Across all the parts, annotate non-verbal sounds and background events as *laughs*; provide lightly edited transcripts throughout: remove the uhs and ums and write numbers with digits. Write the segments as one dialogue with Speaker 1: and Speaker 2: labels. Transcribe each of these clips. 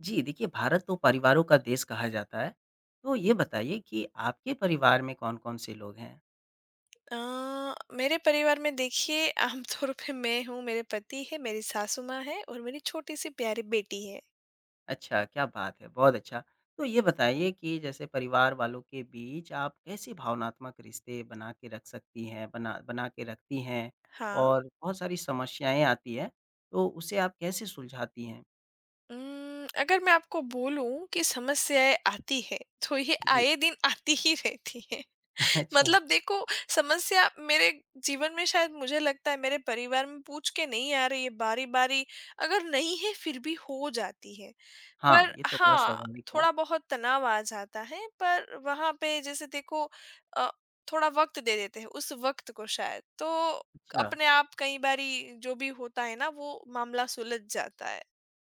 Speaker 1: जी, देखिए भारत तो परिवारों का देश कहा जाता है। तो ये बताइए कि आपके परिवार में कौन-कौन से लोग हैं?
Speaker 2: अ, मेरे परिवार में देखिए आमतौर *laughs* पे मैं हूँ, मेरे पति हैं, मेरी सासू माँ है और मेरी छोटी-सी प्यारी बेटी है।
Speaker 1: अच्छा, क्या बात है, बहुत अच्छा। तो ये बताइए कि जैसे परिवार वालों के बीच आप कैसे भावनात्मक रिश्ते बना के रख सकती हैं बना बना के रखती हैं
Speaker 2: हाँ,
Speaker 1: और बहुत सारी समस्याएँ आती हैं, तो उसे आप कैसे सुलझाती हैं?
Speaker 2: अगर मैं आपको बोलूँ कि समस्याएँ आती हैं, तो ये
Speaker 1: जी।
Speaker 2: आए दिन आती ही रहती हैं।
Speaker 1: *laughs*
Speaker 2: *laughs*
Speaker 1: अच्छा।
Speaker 2: मतलब देखो, समस्या मेरे जीवन में शायद मुझे लगता है मेरे परिवार में पूछ के नहीं आ रही है बारी-बारी, अगर नहीं है फिर भी हो जाती है।
Speaker 1: हाँ,
Speaker 2: पर
Speaker 1: ये तो बड़ा
Speaker 2: हाँ,
Speaker 1: स्वाभाविक है।
Speaker 2: थोड़ा बहुत तनाव आ जाता है, पर वहाँ पे जैसे देखो अ, थोड़ा वक़्त दे देते हैं उस वक़्त को शायद, तो
Speaker 1: अच्छा।
Speaker 2: अपने आप कई बारी जो भी होता है ना, वो मामला सुलझ जाता है।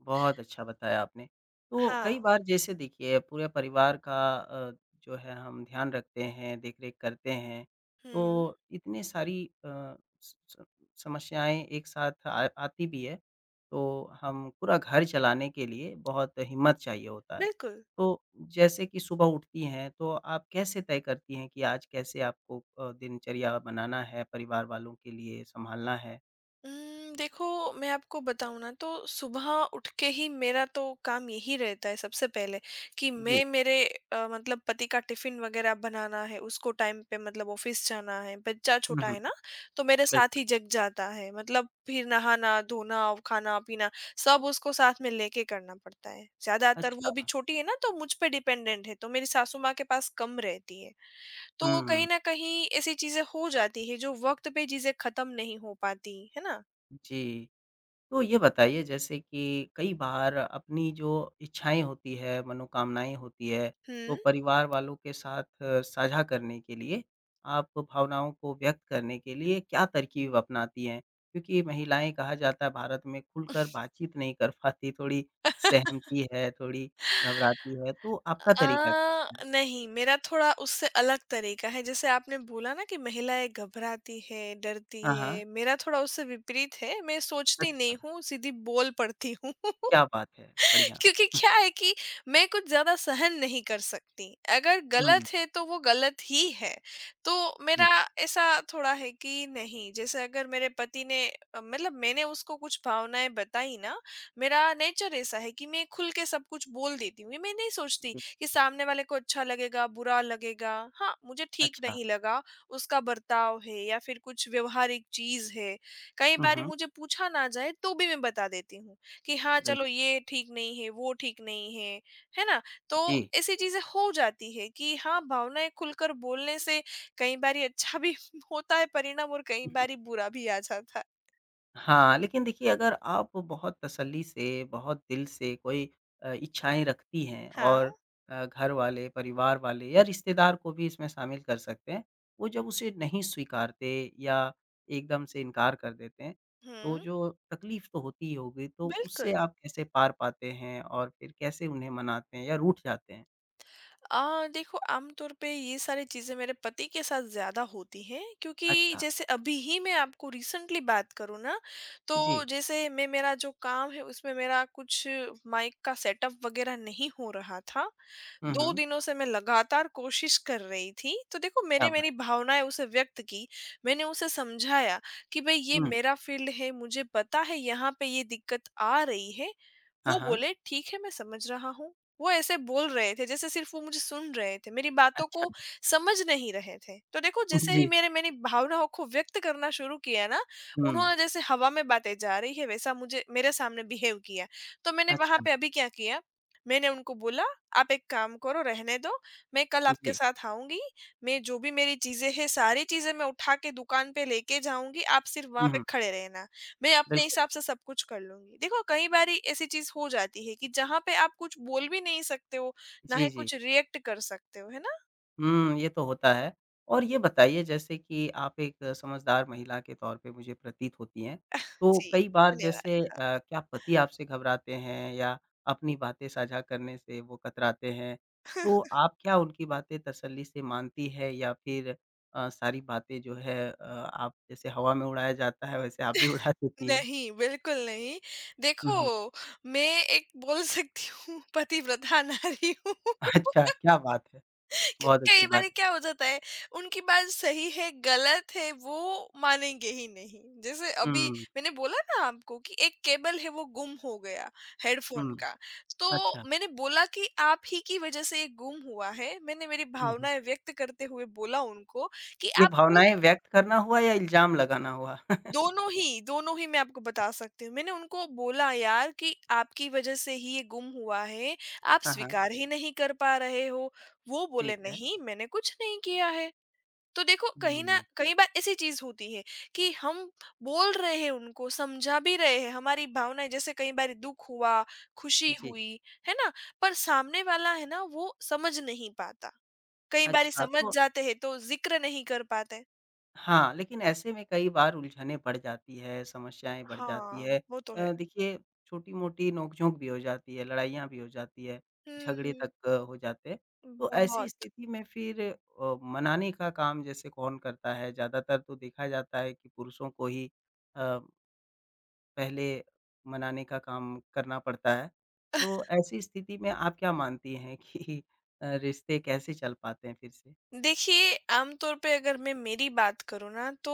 Speaker 1: बहुत अच्छा बताया आपने। तो कई
Speaker 2: हाँ।
Speaker 1: बार जैसे देखिए पूरे परिवार का जो है हम ध्यान रखते हैं, देख-रेख करते हैं,
Speaker 2: हुँ,
Speaker 1: तो इतने सारी स स समस्याएँ एक साथ आ आती भी है, तो हम पूरा घर चलाने के लिए बहुत हिम्मत चाहिए होता है।
Speaker 2: बिल्कुल।
Speaker 1: तो जैसे कि सुबह उठती हैं, तो आप कैसे तय करती हैं कि आज कैसे आपको दिनचर्या बनाना है, परिवार वालों के लिए संभालना है?
Speaker 2: देखो, मैं आपको बताऊँ ना तो सुबह उठ के ही मेरा तो काम यही रहता है सबसे पहले कि
Speaker 1: जी।
Speaker 2: मैं मेरे मतलब पति का टिफ़िन वग़ैरह बनाना है, उसको टाइम पे मतलब ऑफ़िस जाना है, बच्चा
Speaker 1: हुँ,
Speaker 2: छोटा
Speaker 1: हुँ।
Speaker 2: है ना, तो मेरे साथ
Speaker 1: बिल्कुल।
Speaker 2: ही जग जाता है। मतलब फिर नहाना, धोना, खाना-पीना सब उसको साथ में लेके करना पड़ता है। ज़्यादातर वो
Speaker 1: अच्छा।
Speaker 2: भी छोटी है ना तो मुझ पे डिपेंडेंट है, तो मेरी सासू माँ के पास कम रहती है। तो कहीं
Speaker 1: हुँ।
Speaker 2: न कहीं ऐसी चीज़ें हो जाती है जो वक़्त पे चीज़ें ख़त्म नहीं हो पाती, है ना?
Speaker 1: जी। तो ये बताइए जैसे कि कई बार अपनी जो इच्छाएँ होती है, मनोकामनाएँ होती है,
Speaker 2: हुँ।
Speaker 1: तो परिवार वालों के साथ साझा करने के लिए आप भावनाओं को व्यक्त करने के लिए क्या तरकीब अपनाती हैं? क्योंकि महिलाएँ कहा जाता है भारत में खुलकर बातचीत नहीं कर पाती, थोड़ी सहमती है, थोड़ी घबराती है, तो आपका तरीका क्या
Speaker 2: अ,
Speaker 1: होता है?
Speaker 2: नहीं, मेरा थोड़ा उससे अलग तरीका है। जैसे आपने बोला ना कि महिलाएँ घबराती हैं, डरती
Speaker 1: हाँ, हाँ।
Speaker 2: हैं, मेरा थोड़ा उससे विपरीत है। मैं सोचती नहीं
Speaker 1: अच्छा,
Speaker 2: हूँ, सीधी बोल पड़ती हूँ। *laughs*
Speaker 1: क्या बात है!
Speaker 2: *laughs*
Speaker 1: बढ़िया।
Speaker 2: क्योंकि क्या है कि मैं कुछ ज़्यादा सहन नहीं कर सकती। अगर
Speaker 1: हुँ, हुँ,
Speaker 2: गलत है तो वो गलत ही है। तो मेरा
Speaker 1: जी,
Speaker 2: ऐसा थोड़ा है कि नहीं, जैसे अगर मेरे पति ने मतलब मैंने उसको कुछ भावनाएँ बताई ना, मेरा नेचर ऐसा है कि मैं खुल के सब कुछ बोल देती हूँ। ये मैं नहीं सोचती
Speaker 1: जी।
Speaker 2: कि सामने वाले को अच्छा लगेगा, बुरा लगेगा। हाँ, मुझे ठीक
Speaker 1: अच्छा।
Speaker 2: नहीं लगा, उसका बर्ताव है या फिर कुछ व्यवहारिक चीज़ है। कई
Speaker 1: हुँ,
Speaker 2: बारी
Speaker 1: हुँ,
Speaker 2: मुझे पूछा ना जाए तो भी मैं बता देती हूँ। कि हाँ, चलो,
Speaker 1: बिल्कुल।
Speaker 2: ये ठीक नहीं है वो ठीक नहीं है, है ना? तो
Speaker 1: जी।
Speaker 2: ऐसी चीजें हो जाती है कि हाँ, भावनाएं खुलकर बोलने से कई बार अच्छा भी *laughs* होता है परिणाम, और कई बार बुरा भी आ जाता है।
Speaker 1: हाँ, लेकिन देखिए अगर आप बहुत तसल्ली से, बहुत दिल से कोई इच्छाएँ रखती हैं
Speaker 2: हाँ,
Speaker 1: और घर वाले, परिवार वाले या रिश्तेदार को भी इसमें शामिल कर सकते हैं। वो जब उसे नहीं स्वीकारते या एकदम से इनकार कर देते हैं, तो
Speaker 2: हम्म,
Speaker 1: जो तकलीफ़ तो होती ही होगी, तो
Speaker 2: बिल्कुल।
Speaker 1: उससे आप कैसे पार पाते हैं और फिर कैसे उन्हें मनाते हैं या रूठ जाते हैं?
Speaker 2: देखो, आमतौर पे ये सारी चीज़ें मेरे पति के साथ ज़्यादा होती हैं क्योंकि
Speaker 1: अच्छा,
Speaker 2: जैसे अभी ही मैं आपको रिसेंटली बात करूँ ना,
Speaker 1: जी।
Speaker 2: तो जैसे मैं मेरा जो काम है उसमें मेरा कुछ माइक का सेटअप वगैरह नहीं हो रहा था।
Speaker 1: हुँ,
Speaker 2: दो
Speaker 1: हुँ,
Speaker 2: दिनों से मैं लगातार कोशिश कर रही थी तो देखो,
Speaker 1: क्या
Speaker 2: मैंने मेरी
Speaker 1: बात
Speaker 2: भावनाएं उसे व्यक्त की। मैंने उसे समझाया कि भाई ये
Speaker 1: हुँ,
Speaker 2: मेरा फील्ड है, मुझे पता है यहाँ पे ये दिक्कत आ रही है।
Speaker 1: हाँ,
Speaker 2: वो
Speaker 1: हाँ,
Speaker 2: बोले ठीक है, मैं समझ रहा हूँ। वो ऐसे बोल रहे थे जैसे सिर्फ वो मुझे सुन रहे थे, मेरी बातों
Speaker 1: अच्छा।
Speaker 2: को समझ नहीं रहे थे। तो देखो,
Speaker 1: *laughs*
Speaker 2: जैसे ही जी।
Speaker 1: जी,
Speaker 2: मेरे मैंने भावनाओं को व्यक्त करना शुरू किया ना,
Speaker 1: हुँ,
Speaker 2: उन्होंने जैसे हवा में बातें जा रही है वैसा मुझे मेरे सामने बिहेव किया। तो मैंने वहाँ
Speaker 1: अच्छा,
Speaker 2: पे अभी क्या किया, मैंने उनको बोला, आप एक काम करो, रहने दो, मैं कल आपके
Speaker 1: जी।
Speaker 2: साथ आऊँगी, मैं जो भी मेरी चीज़ें हैं सारी चीज़ें मैं उठा के दुकान पे लेके जाऊँगी, आप सिर्फ वहाँ
Speaker 1: हुँ,
Speaker 2: पे
Speaker 1: हुँ,
Speaker 2: खड़े रहना। मैं अपने
Speaker 1: बिल्कुल।
Speaker 2: हिसाब से सब कुछ कर लूँगी। देखो, कई बारी ऐसी चीज़ हो जाती है कि जहाँ पे आप कुछ बोल भी नहीं सकते हो, ना ही
Speaker 1: जी, जी।
Speaker 2: कुछ रिएक्ट कर सकते हो, है ना?
Speaker 1: हुँ, ये तो होता है। और ये बताइए जैसे कि आप एक समझदार महिला के तौर पे मुझे प्रतीत होती हैं, तो
Speaker 2: जी,
Speaker 1: कई बार
Speaker 2: धन्यवाद।
Speaker 1: जैसे
Speaker 2: हाँ,
Speaker 1: क्या पति आपसे घबराते हैं या अपनी बातें साझा करने से वो कतराते हैं? तो आप क्या उनकी बातें तसल्ली से मानती है या फिर सारी बातें जो है आप जैसे हवा में उड़ाया जाता है वैसे आप भी उड़ा देती हैं?
Speaker 2: नहीं, बिल्कुल नहीं।
Speaker 1: हुँ,
Speaker 2: देखो,
Speaker 1: हुँ।
Speaker 2: मैं एक बोल सकती हूँ *laughs* पतिव्रता नारी हूँ।
Speaker 1: *laughs* अच्छा, क्या बात है! बहुत
Speaker 2: कई
Speaker 1: अच्छी
Speaker 2: बार
Speaker 1: बात है।
Speaker 2: क्या हो जाता है, उनकी बात सही है गलत है वो मानेंगे ही नहीं। जैसे अभी
Speaker 1: हुँ,
Speaker 2: मैंने बोला ना आपको कि एक केबल है वो गुम हो गया, हेडफोन
Speaker 1: हुँ।
Speaker 2: का। तो
Speaker 1: अच्छा।
Speaker 2: मैंने बोला कि आप ही की वजह से ये गुम हुआ है, मैंने मेरी
Speaker 1: हुँ, हुँ।
Speaker 2: भावनाएं व्यक्त करते हुए बोला उनको कि
Speaker 1: ये
Speaker 2: आप वो
Speaker 1: भावनाएँ व्यक्त करना हुआ या इल्ज़ाम लगाना हुआ? *laughs*
Speaker 2: दोनों ही मैं आपको बता सकती हूँ। मैंने उनको बोला यार कि आपकी वजह से ही ये गुम हुआ है, आप
Speaker 1: हाँ, हाँ,
Speaker 2: स्वीकार ही नहीं कर पा रहे हो। वो बोले
Speaker 1: ठीक है।
Speaker 2: नहीं, मैंने कुछ नहीं किया है। तो देखो, कहीं ना
Speaker 1: हुँ,
Speaker 2: कई बार ऐसी चीज होती है कि हम बोल रहे हैं, उनको समझा भी रहे हैं हमारी भावनाएं जैसे कई बार दुख हुआ, खुशी
Speaker 1: जी।
Speaker 2: हुई, है ना? पर सामने वाला है ना वो समझ नहीं पाता। कई बार
Speaker 1: अच्छा
Speaker 2: समझ
Speaker 1: तो
Speaker 2: जाते हैं तो जिक्र नहीं कर पाते।
Speaker 1: हाँ, लेकिन ऐसे में कई बार उलझनें बढ़ जाती है, समस्याएँ बढ़ जाती
Speaker 2: हाँ,
Speaker 1: है।
Speaker 2: वो तो है।
Speaker 1: देखिए छोटी-मोटी नोक-झोंक भी हो जाती है, लड़ाइयाँ भी हो जाती है, झगड़े
Speaker 2: हम्म।
Speaker 1: तक हो जाते हैं। तो ऐसी
Speaker 2: बहुत।
Speaker 1: स्थिति में फिर मनाने का काम जैसे कौन करता है? ज़्यादातर तो देखा जाता है कि पुरुषों को ही अ पहले मनाने का काम करना पड़ता है। तो ऐसी स्थिति में आप क्या मानती हैं कि *laughs* रिश्ते कैसे चल पाते हैं फिर से?
Speaker 2: देखिए, आमतौर पे अगर मैं मेरी बात करूँ ना तो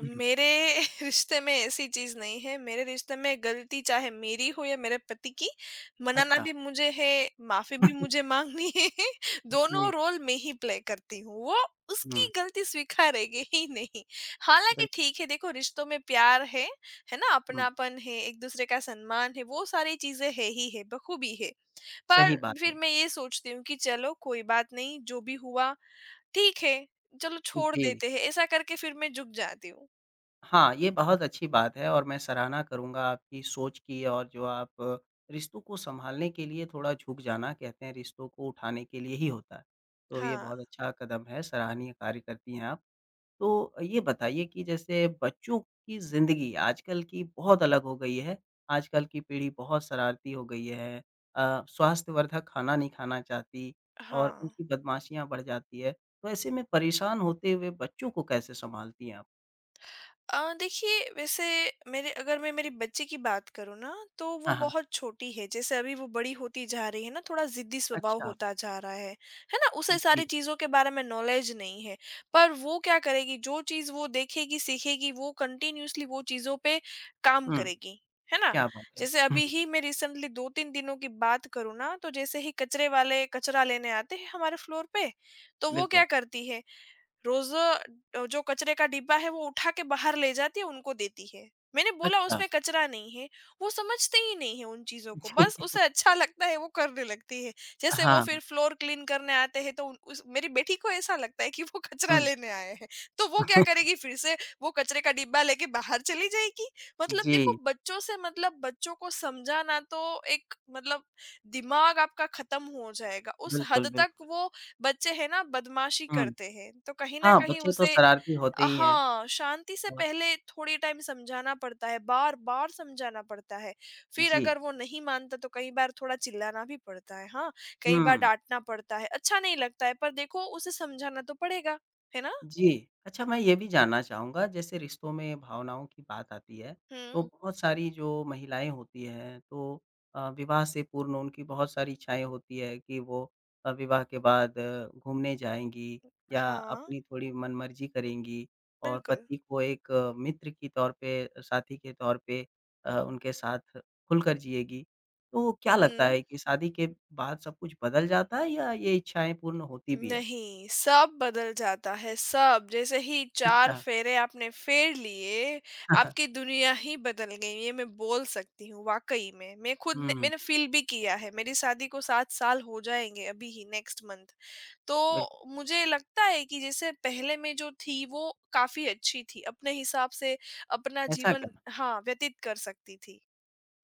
Speaker 1: हुँ, हुँ।
Speaker 2: मेरे *laughs* रिश्ते में ऐसी चीज़ नहीं है। मेरे रिश्ते में गलती चाहे मेरी हो या मेरे पति की, मनाना
Speaker 1: अच्छा।
Speaker 2: भी मुझे है, माफ़ी भी मुझे
Speaker 1: *laughs*
Speaker 2: माँगनी है। *laughs* दोनों
Speaker 1: जी।
Speaker 2: रोल मैं ही प्ले करती हूँ। वो
Speaker 1: हुँ,
Speaker 2: उसकी गलती स्वीकारेगी ही नहीं। हालाँकि
Speaker 1: बिल्कुल,
Speaker 2: ठीक है, देखो, रिश्तों में प्यार है ना?
Speaker 1: हुँ,
Speaker 2: अपनापन है, एक-दूसरे का सम्मान है, वो सारी चीज़ें है ही है, बखूबी है। पर
Speaker 1: सही बात है।
Speaker 2: फिर मैं ये सोचती हूँ कि चलो कोई बात नहीं, जो भी हुआ ठीक है, चलो, छोड़
Speaker 1: जी।
Speaker 2: देते हैं, ऐसा करके फिर मैं झुक जाती हूँ।
Speaker 1: हाँ, ये बहुत अच्छी बात है और मैं सराहना करूँगा आपकी सोच की और जो आप रिश्तों को सँभालने के लिए थोड़ा झुक जाना कहते हैं रिश्तों को उठाने के लिए ही होता है। तो ये बहुत
Speaker 2: हाँ,
Speaker 1: अच्छा कदम है, सराहनीय कार्य करती हैं आप। तो ये बताइए कि जैसे बच्चों की ज़िंदगी आजकल की बहुत अलग हो गई है। आजकल की पीढ़ी बहुत शरारती हो गई है। स्वास्थ्यवर्धक खाना नहीं खाना चाहती और
Speaker 2: हाँ।
Speaker 1: उनकी बदमाशियाँ बढ़ जाती है। तो ऐसे में परेशान होते हुए बच्चों को कैसे सँभालती हैं आप?
Speaker 2: देखिए, वैसे मेरे, अगर मैं मेरी बच्ची की बात करूँ ना, तो वो
Speaker 1: हाँ, हाँ।
Speaker 2: बहुत छोटी है। जैसे अभी वो बड़ी होती जा रही है ना, थोड़ा जिद्दी स्वभाव
Speaker 1: अच्छा।
Speaker 2: होता जा रहा है ना? उसे सारी
Speaker 1: जी।
Speaker 2: चीज़ों के बारे में नॉलेज नहीं है, पर वो क्या करेगी, जो चीज़ वो देखेगी सीखेगी वो कंटिन्यूअसली वो चीज़ों पे काम
Speaker 1: हुँ,
Speaker 2: करेगी, है ना?
Speaker 1: क्या बात है।
Speaker 2: जैसे
Speaker 1: हुँ,
Speaker 2: अभी ही मैं रिसेंटली 2-3 दिनों की बात करूँ ना, तो जैसे ही कचरे वाले कचरा लेने आते हैं हमारे फ्लोर पे, तो वो क्या
Speaker 1: बिल्कुल।
Speaker 2: करती है, रोज जो कचरे का डिब्बा है वो उठा के बाहर ले जाती है, उनको देती है। मैंने बोला
Speaker 1: अच्छा।
Speaker 2: उसमें कचरा नहीं है, वो समझते ही नहीं है उन चीजों को,
Speaker 1: जी।
Speaker 2: बस उसे अच्छा लगता है वो करने लगती है। जैसे वो
Speaker 1: हाँ।
Speaker 2: फिर फ्लोर क्लीन करने आते हैं तो मेरी बेटी को ऐसा लगता है कि वो कचरा
Speaker 1: हुँ।
Speaker 2: लेने आए हैं। तो वो क्या करेगी फिर से, वो कचरे का डिब्बा लेके बाहर चली जाएगी। मतलब देखो,
Speaker 1: जी,
Speaker 2: बच्चों से मतलब बच्चों को समझाना तो, एक मतलब दिमाग आपका खत्म हो जाएगा उस हद
Speaker 1: बिल्कुल,
Speaker 2: तक।
Speaker 1: बिल्कुल।
Speaker 2: वो बच्चे हैं ना, बदमाशी
Speaker 1: हुँ।
Speaker 2: करते हैं तो कहीं ना
Speaker 1: हाँ,
Speaker 2: कहीं
Speaker 1: बच्चे तो
Speaker 2: उसे,
Speaker 1: शरारती होते ही हैं
Speaker 2: हाँ, शांति से
Speaker 1: और
Speaker 2: पहले थोड़ी टाइम समझाना पड़ता है, बार बार समझाना पड़ता है, फिर
Speaker 1: जी।
Speaker 2: अगर वो नहीं मानता तो कई बार थोड़ा चिल्लाना भी पड़ता है। हाँ, कई बार
Speaker 1: हुँ।
Speaker 2: डांटना पड़ता है, अच्छा नहीं लगता है, पर देखो, उसे समझाना तो पड़ेगा, है ना?
Speaker 1: जी। अच्छा मैं ये भी जानना चाहूँगा जैसे रिश्तों में भावनाओं की बात आती है,
Speaker 2: हम्म।
Speaker 1: तो बहुत सारी जो महिलाएँ होती हैं तो विवाह से पूर्व उनकी बहुत सारी इच्छाएँ होती है कि वो विवाह के बाद घूमने जाएँगी या
Speaker 2: हाँ,
Speaker 1: अपनी थोड़ी मनमर्जी करेंगी और
Speaker 2: बिल्कुल।
Speaker 1: पति को एक मित्र की तौर पे, साथी के तौर पे उनके साथ खुलकर जिएगी। तो क्या लगता
Speaker 2: हम्म।
Speaker 1: है कि शादी के बाद सब कुछ बदल जाता है या ये इच्छाएँ पूर्ण होती भी है?
Speaker 2: नहीं, सब बदल जाता है, सब। जैसे ही 4
Speaker 1: अच्छा।
Speaker 2: फेरे आपने फेर लिए,
Speaker 1: *laughs*
Speaker 2: आपकी दुनिया ही बदल गई, ये मैं बोल सकती हूँ वाक़ई में। मैं खुद ने
Speaker 1: हुँ।
Speaker 2: मैंने फ़ील भी किया है, मेरी शादी को 7 साल हो जाएँगे अभी ही नेक्स्ट मंथ।
Speaker 1: बिल्कुल,
Speaker 2: तो मुझे लगता है कि जैसे पहले मैं जो थी, वो काफ़ी अच्छी थी, अपने हिसाब से अपना
Speaker 1: ऐसा क्या?
Speaker 2: जीवन, हाँ, व्यतीत कर सकती थी।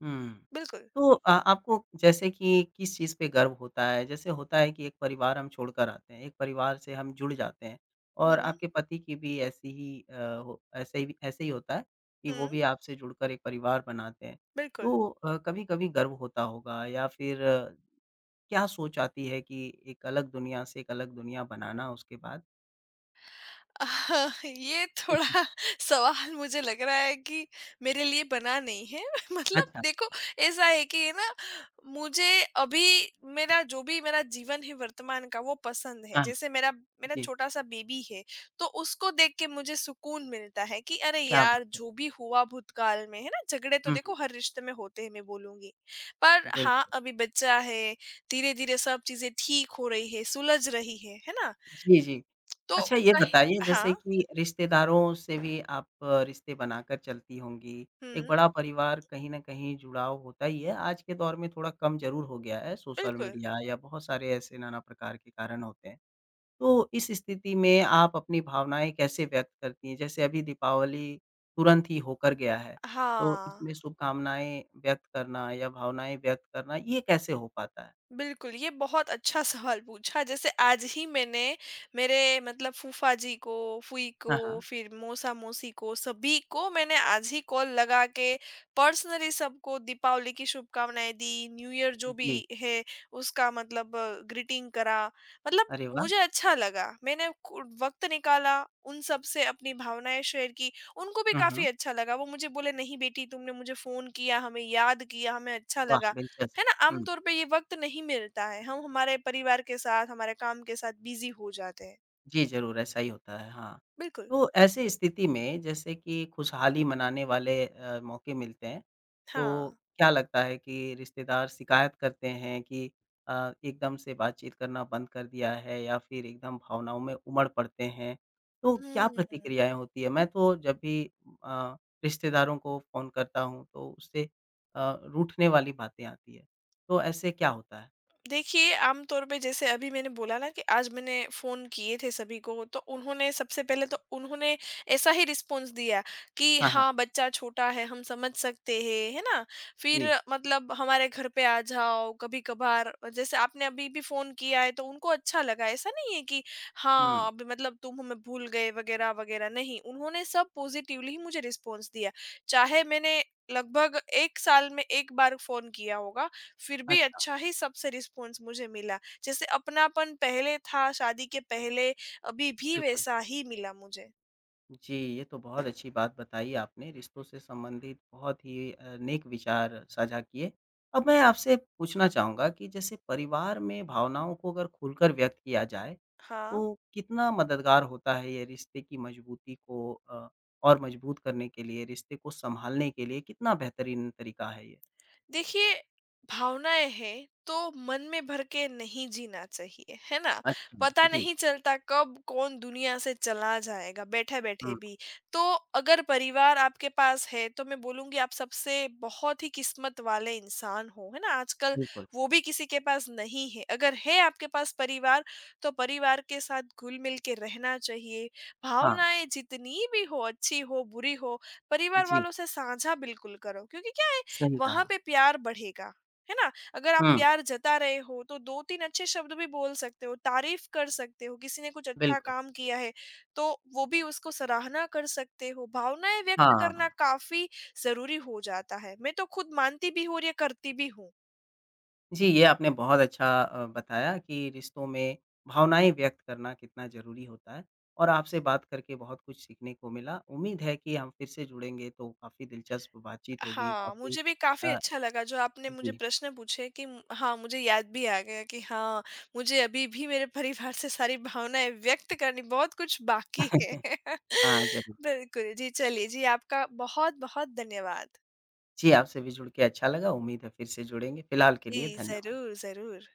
Speaker 1: हुँ।
Speaker 2: बिल्कुल।
Speaker 1: तो आपको जैसे कि किस चीज़ पे गर्व होता है? जैसे होता है कि एक परिवार हम छोड़कर आते हैं, एक परिवार से हम जुड़ जाते हैं और
Speaker 2: हुँ,
Speaker 1: आपके पति की भी ऐसी ही हो ऐसे ही होता है कि
Speaker 2: हुँ,
Speaker 1: वो भी आपसे जुड़कर एक परिवार बनाते हैं।
Speaker 2: बिल्कुल।
Speaker 1: तो कभी-कभी गर्व होता होगा या फिर क्या सोच आती है कि एक अलग दुनिया से एक अलग दुनिया बनाना उसके बाद?
Speaker 2: अ, ये
Speaker 1: *laughs* हुँ,
Speaker 2: थोड़ा
Speaker 1: हुँ।
Speaker 2: *laughs* सवाल मुझे लग रहा है कि मेरे लिए बना नहीं है। *laughs* मतलब
Speaker 1: अच्छा।
Speaker 2: देखो, ऐसा है कि, है ना, मुझे अभी मेरा जो भी मेरा जीवन है वर्तमान का वो पसंद है।
Speaker 1: हाँ,
Speaker 2: जैसे मेरा, मेरा
Speaker 1: जी,
Speaker 2: छोटा सा बेबी है, तो उसको देख के मुझे सुकून मिलता है कि अरे
Speaker 1: क्या बात
Speaker 2: यार,
Speaker 1: है।
Speaker 2: जो भी हुआ भूतकाल में, है ना, झगड़े तो
Speaker 1: हुँ,
Speaker 2: देखो
Speaker 1: हुँ,
Speaker 2: हर रिश्ते में होते हैं, मैं बोलूंगी, पर हाँ,
Speaker 1: बिल्कुल।
Speaker 2: अभी बच्चा है, धीरे धीरे सब चीजें ठीक हो रही है, सुलझ रही है ना?
Speaker 1: जी, जी।
Speaker 2: तो
Speaker 1: अच्छा ये
Speaker 2: कहीं,
Speaker 1: बताइए
Speaker 2: हाँ,
Speaker 1: जैसे कि रिश्तेदारों से भी आप रिश्ते बनाकर चलती होंगी। एक
Speaker 2: हम्म,
Speaker 1: बड़ा परिवार कहीं न कहीं जुड़ाव होता ही है, आज के दौर में थोड़ा कम ज़रूर हो गया है, सोशल
Speaker 2: बिल्कुल,
Speaker 1: मीडिया या बहुत सारे ऐसे नाना प्रकार के कारण होते हैं। तो इस स्थिति में आप अपनी भावनाएँ कैसे व्यक्त करती हैं? जैसे अभी दीपावली तुरंत ही होकर गया है, तो
Speaker 2: हाँ,
Speaker 1: इसमें शुभकामनाएँ व्यक्त करना या भावनाएँ व्यक्त करना ये कैसे हो पाता है?
Speaker 2: बिल्कुल, ये बहुत अच्छा *laughs* सवाल पूछा। जैसे आज ही मैंने, मेरे मतलब फूफा जी को, फूई को,
Speaker 1: हाँ, हाँ।
Speaker 2: फिर मौसा-मौसी को, सभी को मैंने आज ही कॉल लगा के पर्सनली सबको दीपावली की शुभकामनाएँ दी, न्यू ईयर जो
Speaker 1: जी।
Speaker 2: भी है, उसका मतलब ग्रीटिंग करा। मतलब
Speaker 1: अरे वाह!
Speaker 2: मुझे अच्छा लगा, मैंने कु वक़्त निकाला, उन सब से अपनी भावनाएँ शेयर की, उनको भी
Speaker 1: हुँ,
Speaker 2: काफ़ी
Speaker 1: हुँ।
Speaker 2: अच्छा लगा। वो मुझे बोले, "नहीं बेटी, तुमने मुझे फ़ोन किया, हमें याद किया, हमें अच्छा
Speaker 1: वाह!
Speaker 2: लगा।"
Speaker 1: दिलचस्प।
Speaker 2: है ना,
Speaker 1: हुँ।
Speaker 2: आमतौर पे ये वक्त नहीं मिलता है, हम हमारे परिवार के साथ हमारे काम के साथ बिजी हो जाते हैं।
Speaker 1: जी, ज़रूर, ऐसा ही होता है, हाँ।
Speaker 2: बिल्कुल।
Speaker 1: तो ऐसी स्थिति में जैसे कि खुशहाली मनाने वाले मौके मिलते हैं, तो
Speaker 2: हाँ।
Speaker 1: क्या लगता है कि रिश्तेदार शिकायत करते हैं कि एकदम से बातचीत करना बंद कर दिया है या फिर एकदम भावनाओं में उमड़ पड़ते हैं, तो क्या
Speaker 2: हम्म।
Speaker 1: प्रतिक्रियाएँ होती हैं? मैं तो जब भी अ, रिश्तेदारों को फ़ोन करता हूँ, तो उससे रूठने वाली बातें आती हैं, तो ऐसे क्या होता है?
Speaker 2: देखिए, आम तौर पे जैसे अभी मैंने बोला ना कि आज मैंने फ़ोन किए थे सभी को, तो उन्होंने सबसे पहले तो उन्होंने ऐसा ही रिस्पॉन्स दिया कि
Speaker 1: हाँ, हाँ।
Speaker 2: हाँ, बच्चा छोटा है, हम समझ सकते हैं, है ना? फिर
Speaker 1: जी।
Speaker 2: मतलब हमारे घर पे आ जाओ कभी-कभार। जैसे आपने अभी भी फ़ोन किया है तो उनको अच्छा लगा, ऐसा नहीं है कि
Speaker 1: हुँ।
Speaker 2: हाँ, अभी मतलब तुम हमें भूल गए वगैरह-वगैरह, नहीं, उन्होंने सब पॉज़िटिवली ही मुझे रिस्पॉन्स दिया। चाहे मैंने लगभग 1 साल में 1 बार फ़ोन किया होगा, फिर भी
Speaker 1: अच्छा,
Speaker 2: अच्छा ही सबसे रिस्पॉन्स मुझे मिला। जैसे अपनापन पहले था शादी के पहले, अभी भी
Speaker 1: बिल्कुल।
Speaker 2: वैसा ही मिला मुझे।
Speaker 1: जी, ये तो बहुत अच्छी बात बताई आपने, रिश्तों से संबंधित बहुत ही नेक विचार साझा किए। अब मैं आपसे पूछना चाहूँगा कि जैसे परिवार में भावनाओं को अगर खुलकर व्यक्त किया जाए,
Speaker 2: हाँ।
Speaker 1: तो कितना मददगार होता है ये रिश्ते की मजबूती को और मजबूत करने के लिए, रिश्ते को सँभालने के लिए कितना बेहतरीन तरीका है ये?
Speaker 2: देखिए, भावनाएं हैं तो मन में भर के नहीं जीना चाहिए, है ना?
Speaker 1: अच्छा।
Speaker 2: पता
Speaker 1: जी,
Speaker 2: नहीं चलता कब कौन दुनिया से चला जाएगा बैठे बैठे
Speaker 1: हुँ,
Speaker 2: भी। तो अगर परिवार आपके पास है तो मैं बोलूंगी आप सबसे बहुत ही किस्मत वाले इंसान हो, है ना? आजकल
Speaker 1: बिल्कुल।
Speaker 2: वो भी किसी के पास नहीं है। अगर है आपके पास परिवार, तो परिवार के साथ घुल मिल के रहना चाहिए।
Speaker 1: हाँ,
Speaker 2: भावनाएं जितनी भी हो, अच्छी हो बुरी हो, परिवार
Speaker 1: जी,
Speaker 2: वालों से साझा बिल्कुल करो, क्योंकि क्या,
Speaker 1: सही कहा।
Speaker 2: वहाँ पे प्यार बढ़ेगा, है ना? अगर आप
Speaker 1: हुँ,
Speaker 2: प्यार जता रहे हो तो 2-3 अच्छे शब्द भी बोल सकते हो, तारीफ़ कर सकते हो, किसी ने कुछ अच्छा
Speaker 1: बिल्कुल।
Speaker 2: काम किया है तो वो भी, उसको सराहना कर सकते हो, भावनाएँ व्यक्त करना
Speaker 1: हाँ।
Speaker 2: काफ़ी ज़रूरी हो जाता है। मैं तो खुद मानती भी हूँ और ये करती भी हूँ।
Speaker 1: जी, ये आपने बहुत अच्छा बताया कि रिश्तों में भावनाएँ व्यक्त करना कितना ज़रूरी होता है और आपसे बात करके बहुत कुछ सीखने को मिला। उम्मीद है कि हम फिर से जुड़ेंगे तो काफ़ी दिलचस्प बातचीत होगी,
Speaker 2: हाँ,
Speaker 1: काफ़ी
Speaker 2: मुझे भी काफ़ी
Speaker 1: अ,
Speaker 2: अच्छा लगा जो आपने मुझे
Speaker 1: जी।
Speaker 2: प्रश्न पूछे कि म हाँ, मुझे याद भी आ गया कि हाँ, मुझे अभी भी मेरे परिवार से सारी भावनाएँ व्यक्त करनी बहुत कुछ बाकी है।
Speaker 1: *laughs*
Speaker 2: *laughs*
Speaker 1: हाँ, ज़रूर।
Speaker 2: बिल्कुल, जी, चलिए, जी, आपका बहुत-बहुत धन्यवाद।
Speaker 1: जी, आपसे भी जुड़ के अच्छा लगा। उम्मीद है फिर से जुड़ेंगे। फिलहाल के
Speaker 2: जी,
Speaker 1: लिए धन्यवाद।
Speaker 2: ज़रूर, ज़रूर।